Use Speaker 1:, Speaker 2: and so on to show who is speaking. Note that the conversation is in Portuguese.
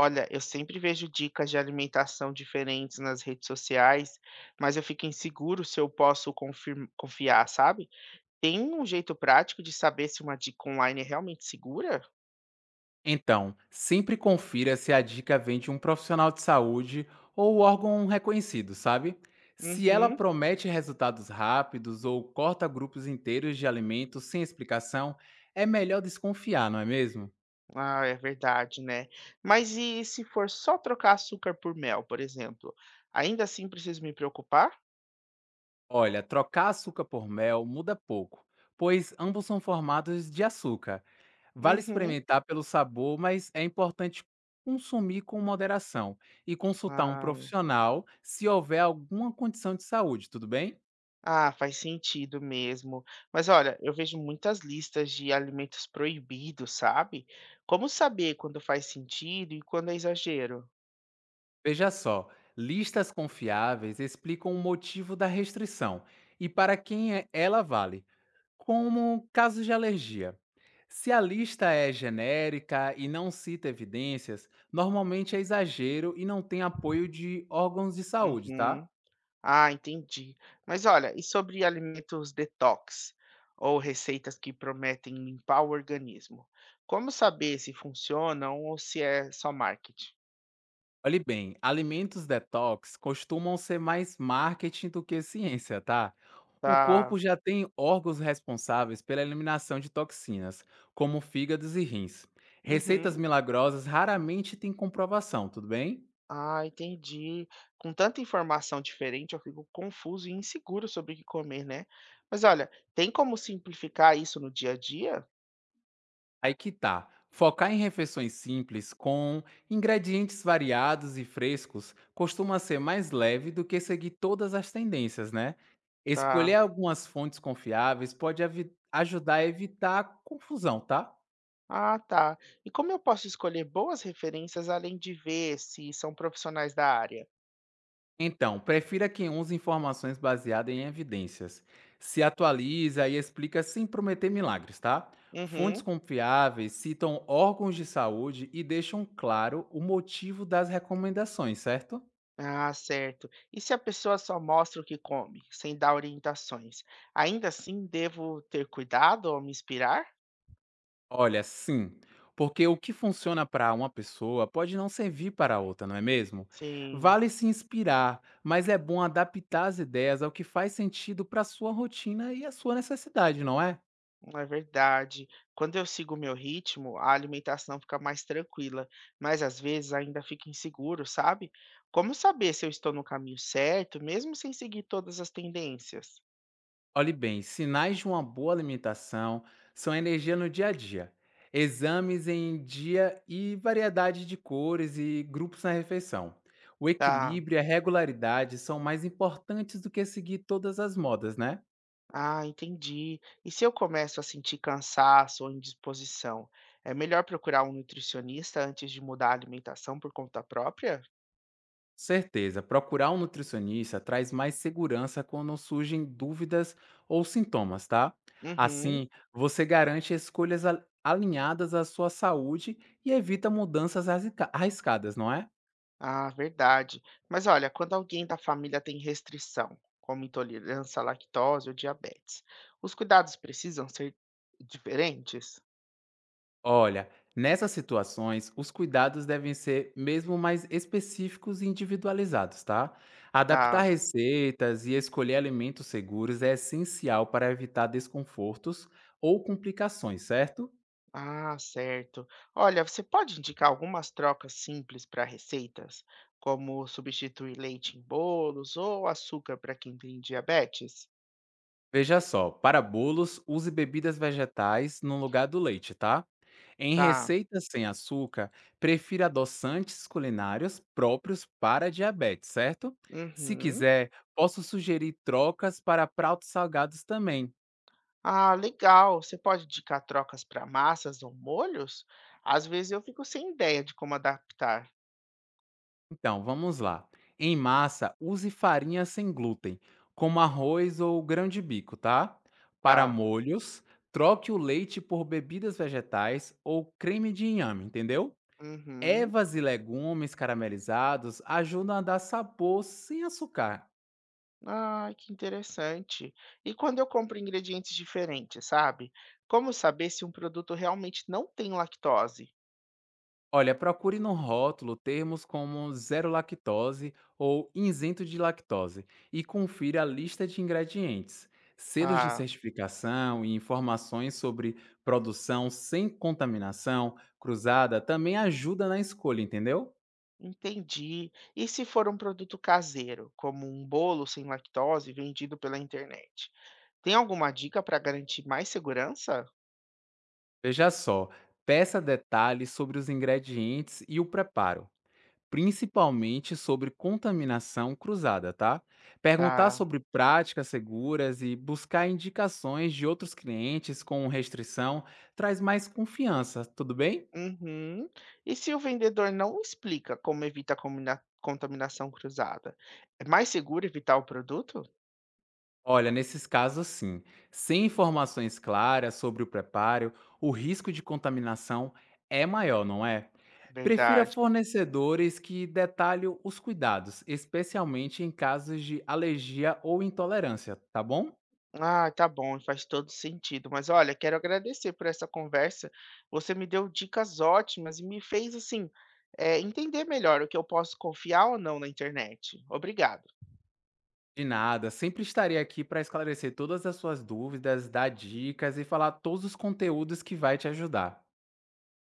Speaker 1: Olha, eu sempre vejo dicas de alimentação diferentes nas redes sociais, mas eu fico inseguro se eu posso confiar, sabe? Tem um jeito prático de saber se uma dica online é realmente segura?
Speaker 2: Então, sempre confira se a dica vem de um profissional de saúde ou órgão reconhecido, sabe? Se ela
Speaker 1: Uhum.
Speaker 2: promete resultados rápidos ou corta grupos inteiros de alimentos sem explicação, é melhor desconfiar, não é mesmo?
Speaker 1: Ah, é verdade, né? Mas e se for só trocar açúcar por mel, por exemplo? Ainda assim preciso me preocupar?
Speaker 2: Olha, trocar açúcar por mel muda pouco, pois ambos são formados de açúcar. Vale
Speaker 1: Uhum.
Speaker 2: experimentar pelo sabor, mas é importante consumir com moderação e consultar um
Speaker 1: Ah.
Speaker 2: profissional se houver alguma condição de saúde, tudo bem?
Speaker 1: Ah, faz sentido mesmo. Mas olha, eu vejo muitas listas de alimentos proibidos, sabe? Como saber quando faz sentido e quando é exagero?
Speaker 2: Veja só, listas confiáveis explicam o motivo da restrição e para ela vale, como casos de alergia. Se a lista é genérica e não cita evidências, normalmente é exagero e não tem apoio de órgãos de saúde, tá?
Speaker 1: Uhum. Ah, entendi. Mas olha, e sobre alimentos detox ou receitas que prometem limpar o organismo? Como saber se funcionam ou se é só marketing?
Speaker 2: Olhe bem, alimentos detox costumam ser mais marketing do que ciência, tá? O
Speaker 1: Tá.
Speaker 2: corpo já tem órgãos responsáveis pela eliminação de toxinas, como fígados e rins. Receitas
Speaker 1: Uhum.
Speaker 2: milagrosas raramente têm comprovação, tudo bem?
Speaker 1: Ah, entendi. Com tanta informação diferente, eu fico confuso e inseguro sobre o que comer, né? Mas olha, tem como simplificar isso no dia a dia?
Speaker 2: Aí que tá. Focar em refeições simples com ingredientes variados e frescos costuma ser mais leve do que seguir todas as tendências, né? Escolher
Speaker 1: Tá.
Speaker 2: algumas fontes confiáveis pode ajudar a evitar confusão, tá?
Speaker 1: Ah, tá. E como eu posso escolher boas referências além de ver se são profissionais da área?
Speaker 2: Então, prefira quem use informações baseadas em evidências. Se atualiza e explica sem prometer milagres, tá? Fontes
Speaker 1: Uhum.
Speaker 2: confiáveis citam órgãos de saúde e deixam claro o motivo das recomendações, certo?
Speaker 1: Ah, certo. E se a pessoa só mostra o que come, sem dar orientações? Ainda assim, devo ter cuidado ou me inspirar?
Speaker 2: Olha, sim, porque o que funciona para uma pessoa pode não servir para outra, não é mesmo?
Speaker 1: Sim.
Speaker 2: Vale se inspirar, mas é bom adaptar as ideias ao que faz sentido para sua rotina e a sua necessidade, não é?
Speaker 1: É verdade. Quando eu sigo o meu ritmo, a alimentação fica mais tranquila, mas às vezes ainda fica inseguro, sabe? Como saber se eu estou no caminho certo, mesmo sem seguir todas as tendências?
Speaker 2: Olhe bem, sinais de uma boa alimentação são a energia no dia a dia, exames em dia e variedade de cores e grupos na refeição. O
Speaker 1: Tá.
Speaker 2: equilíbrio e a regularidade são mais importantes do que seguir todas as modas, né?
Speaker 1: Ah, entendi. E se eu começo a sentir cansaço ou indisposição, é melhor procurar um nutricionista antes de mudar a alimentação por conta própria?
Speaker 2: Certeza, procurar um nutricionista traz mais segurança quando surgem dúvidas ou sintomas, tá?
Speaker 1: Uhum.
Speaker 2: Assim, você garante escolhas alinhadas à sua saúde e evita mudanças arriscadas, não é?
Speaker 1: Ah, verdade. Mas olha, quando alguém da família tem restrição, como intolerância à lactose ou diabetes, os cuidados precisam ser diferentes?
Speaker 2: Olha, nessas situações, os cuidados devem ser mesmo mais específicos e individualizados, tá? Adaptar
Speaker 1: Tá.
Speaker 2: receitas e escolher alimentos seguros é essencial para evitar desconfortos ou complicações, certo?
Speaker 1: Ah, certo. Olha, você pode indicar algumas trocas simples para receitas, como substituir leite em bolos ou açúcar para quem tem diabetes?
Speaker 2: Veja só, para bolos, use bebidas vegetais no lugar do leite, tá? Em
Speaker 1: Tá.
Speaker 2: receitas sem açúcar, prefira adoçantes culinários próprios para diabetes, certo? Se
Speaker 1: Uhum.
Speaker 2: quiser, posso sugerir trocas para pratos salgados também.
Speaker 1: Ah, legal. Você pode indicar trocas para massas ou molhos? Às vezes eu fico sem ideia de como adaptar.
Speaker 2: Então, vamos lá. Em massa, use farinha sem glúten, como arroz ou grão de bico, tá? Para
Speaker 1: Tá.
Speaker 2: molhos, troque o leite por bebidas vegetais ou creme de inhame, entendeu?
Speaker 1: Uhum.
Speaker 2: Ervas e legumes caramelizados ajudam a dar sabor sem açucar.
Speaker 1: Ah, que interessante. E quando eu compro ingredientes diferentes, sabe? Como saber se um produto realmente não tem lactose?
Speaker 2: Olha, procure no rótulo termos como zero lactose ou isento de lactose e confira a lista de ingredientes. Selos de
Speaker 1: Tá,
Speaker 2: certificação e informações sobre produção sem contaminação cruzada também ajuda na escolha, entendeu?
Speaker 1: entendi. E se for um produto caseiro, como um bolo sem lactose vendido pela internet? Tem alguma dica para garantir mais segurança?
Speaker 2: Veja só, peça detalhes sobre os ingredientes e o preparo, principalmente sobre contaminação cruzada, tá? Perguntar
Speaker 1: Tá.
Speaker 2: sobre práticas seguras e buscar indicações de outros clientes com restrição traz mais confiança, tudo bem?
Speaker 1: Uhum. E se o vendedor não explica como evita a contaminação cruzada? É mais seguro evitar o produto?
Speaker 2: Olha, nesses casos sim, sem informações claras sobre o preparo, o risco de contaminação é maior, não é? Prefira
Speaker 1: Verdade.
Speaker 2: fornecedores que detalhem os cuidados, especialmente em casos de alergia ou intolerância, tá bom?
Speaker 1: Ah, tá bom, faz todo sentido. Mas olha, quero agradecer por essa conversa. Você me deu dicas ótimas e me fez assim, entender melhor o que eu posso confiar ou não na internet. Obrigado.
Speaker 2: De nada, sempre estarei aqui para esclarecer todas as suas dúvidas, dar dicas e falar todos os conteúdos que vai te ajudar.